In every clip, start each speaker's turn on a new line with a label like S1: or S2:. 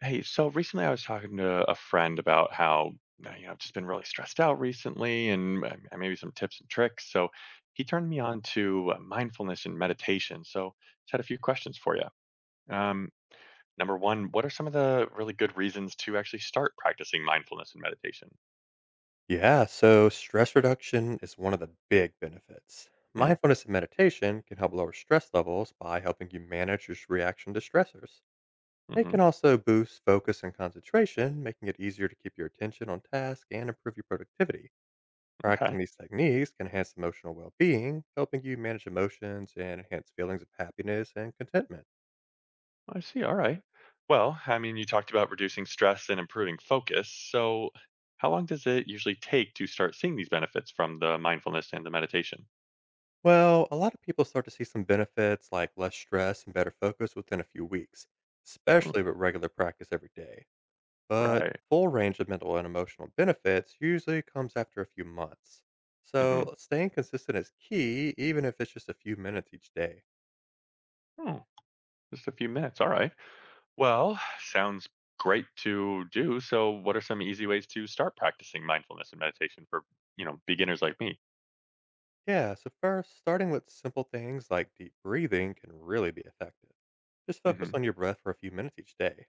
S1: Hey, so recently I was talking to a friend about how you know I've just been really stressed out recently, and maybe some tips and tricks. So he turned me on to mindfulness and meditation. So just had a few questions for you. Um, number one, what are some of the really good reasons to actually start practicing mindfulness and meditation?
S2: Yeah, so stress reduction is one of the big benefits.
S1: Hmm.
S2: Mindfulness and meditation can help lower stress levels by helping you manage your reaction to stressors. They
S1: hmm
S2: can also boost focus and concentration, making it easier to keep your attention on task and improve your productivity. Practicing
S1: Okay,
S2: these techniques can enhance emotional well being, helping you manage emotions and enhance feelings of happiness and contentment.
S1: I see. All right. Well, I mean, you talked about reducing stress and improving focus. So how long does it usually take to start seeing these benefits from the mindfulness and the meditation?
S2: Well, a lot of people start to see some benefits like less stress and better focus within a few weeks,
S1: Hmm.
S2: especially with regular practice every day. But
S1: Right.
S2: full range of mental and emotional benefits usually comes after a few months.
S1: Mhm.
S2: So staying consistent is key, even if it's just a few minutes each day.
S1: Oh, just a few minutes. All right. Well, sounds great to do. So, what are some easy ways to start practicing mindfulness and meditation for, beginners like me?
S2: Yeah, so first, starting with simple things like deep breathing can really be effective. Just focus
S1: Mhm.
S2: on your breath for a few minutes each day.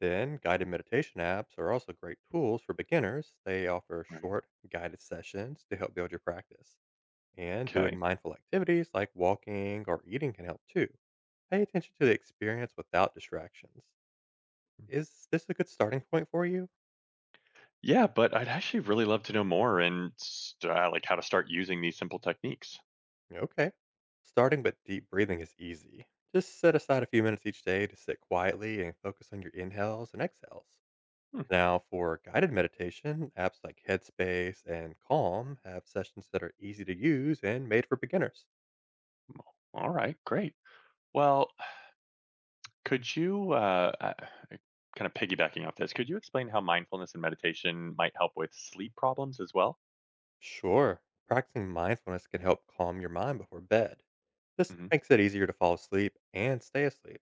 S2: Then, guided meditation apps are also great tools for beginners. They offer
S1: Right.
S2: short, guided sessions to help build your practice. And doing
S1: Okay.
S2: mindful activities like walking or eating can help too. Pay attention to the experience without distractions. Is this a good starting point for you?
S1: Yeah, but I'd actually really love to know more and like how to start using these simple techniques.
S2: Okay. Starting with deep breathing is easy. Just set aside a few minutes each day to sit quietly and focus on your inhales and exhales.
S1: Hmm.
S2: Now, for guided meditation, apps like Headspace and Calm have sessions that are easy to use and made for beginners.
S1: All right, great. Well, could you kind of piggybacking off this? Could you explain how mindfulness and meditation might help with sleep problems as well?
S2: Sure, practicing mindfulness can help calm your mind before bed. This
S1: Hmm.
S2: makes it easier to fall asleep and stay asleep.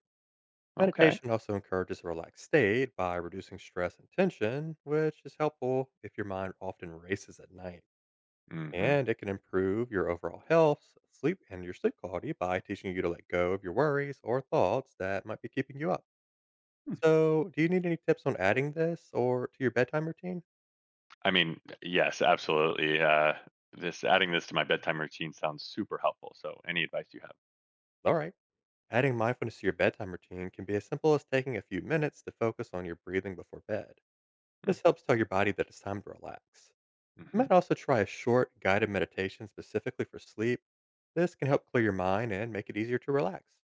S1: Okay.
S2: Meditation also encourages a relaxed state by reducing stress and tension, which is helpful if your mind often races at night.
S1: Hmm.
S2: And it can improve your overall health, sleep, and your sleep quality by teaching you to let go of your worries or thoughts that might be keeping you up. So, do you need any tips on adding this or to your bedtime routine?
S1: I mean, yes, absolutely. This adding this to my bedtime routine sounds super helpful. So, any advice you have?
S2: All right. Adding mindfulness to your bedtime routine can be as simple as taking a few minutes to focus on your breathing before bed. This helps tell your body that it's time to relax. You
S1: Mm-hmm.
S2: might also try a short guided meditation specifically for sleep. This can help clear your mind and make it easier to relax.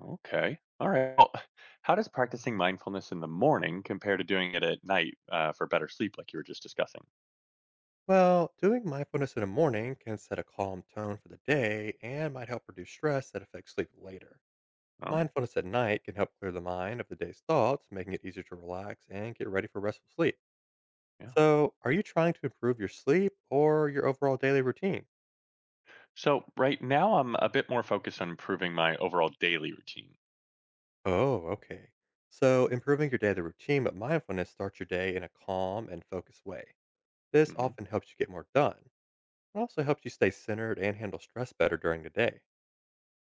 S1: Okay. All right. Well, how does practicing mindfulness in the morning compare to doing it at night for better sleep, like you were just discussing?
S2: Well, doing mindfulness in the morning can set a calm tone for the day and might help reduce stress that affects sleep later.
S1: Oh,
S2: Mindfulness at night can help clear the mind of the day's thoughts, making it easier to relax and get ready for restful sleep.
S1: yeah.
S2: So, are you trying to improve your sleep or your overall daily routine?
S1: So right now, I'm a bit more focused on improving my overall daily routine.
S2: Oh, okay. So, improving your daily routine with mindfulness starts your day in a calm and focused way. This
S1: Hmm.
S2: often helps you get more done. It also helps you stay centered and handle stress better during the day.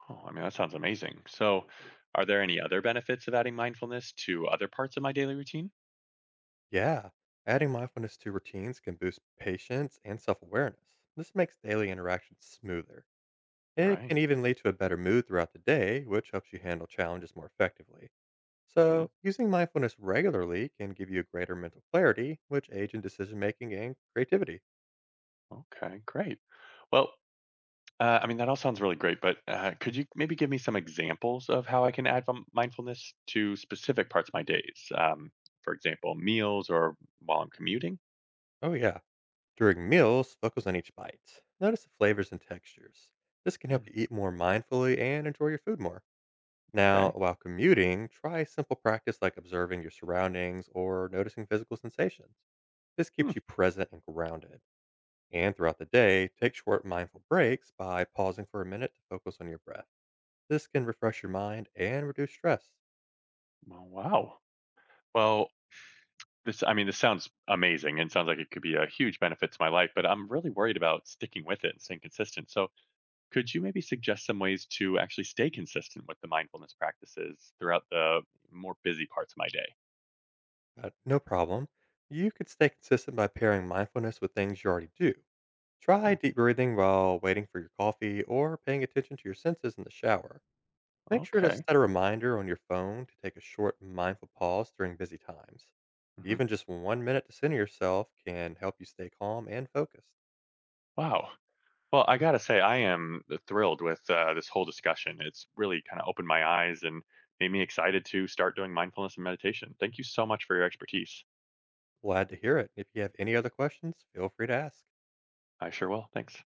S1: Oh, I mean, that sounds amazing. So, are there any other benefits of adding mindfulness to other parts of my daily routine?
S2: Yeah, adding mindfulness to routines can boost patience and self awareness. This makes daily interactions smoother. It can
S1: Right.
S2: even lead to a better mood throughout the day, which helps you handle challenges more effectively.
S1: Hmm.
S2: So, using mindfulness regularly can give you greater mental clarity, which aids in decision making and creativity.
S1: Okay. Great. Well, I mean, that all sounds really great, but could you maybe give me some examples of how I can add mindfulness to specific parts of my days? For example, meals or while I'm commuting?
S2: Oh, yeah. During meals, focus on each bite. Notice the flavors and textures. This can help
S1: Hmm,
S2: you eat more mindfully and enjoy your food more. Now,
S1: okay.
S2: while commuting, try simple practice like observing your surroundings or noticing physical sensations. This
S1: Hmm.
S2: keeps you present and grounded. And throughout the day, take short mindful breaks by pausing for a minute to focus on your breath. This can refresh your mind and reduce stress.
S1: Well, wow. Well, this, I mean, this sounds amazing and sounds like it could be a huge benefit to my life, but I'm really worried about sticking with it and staying consistent. So, could you maybe suggest some ways to actually stay consistent with the mindfulness practices throughout the more busy parts of my day?
S2: But no problem. You could stay consistent by pairing mindfulness with things you already do. Try
S1: Hmm,
S2: deep breathing while waiting for your coffee or paying attention to your senses in the shower. Make sure to
S1: Okay.
S2: set a reminder on your phone to take a short mindful pause during busy times.
S1: Hmm.
S2: Even just 1 minute to center yourself can help you stay calm and focused.
S1: Wow. Well, I gotta say, I am thrilled with this whole discussion. It's really kind of opened my eyes and made me excited to start doing mindfulness and meditation. Thank you so much for your expertise.
S2: Glad to hear it. If you have any other questions, feel free to ask.
S1: I sure will. Thanks.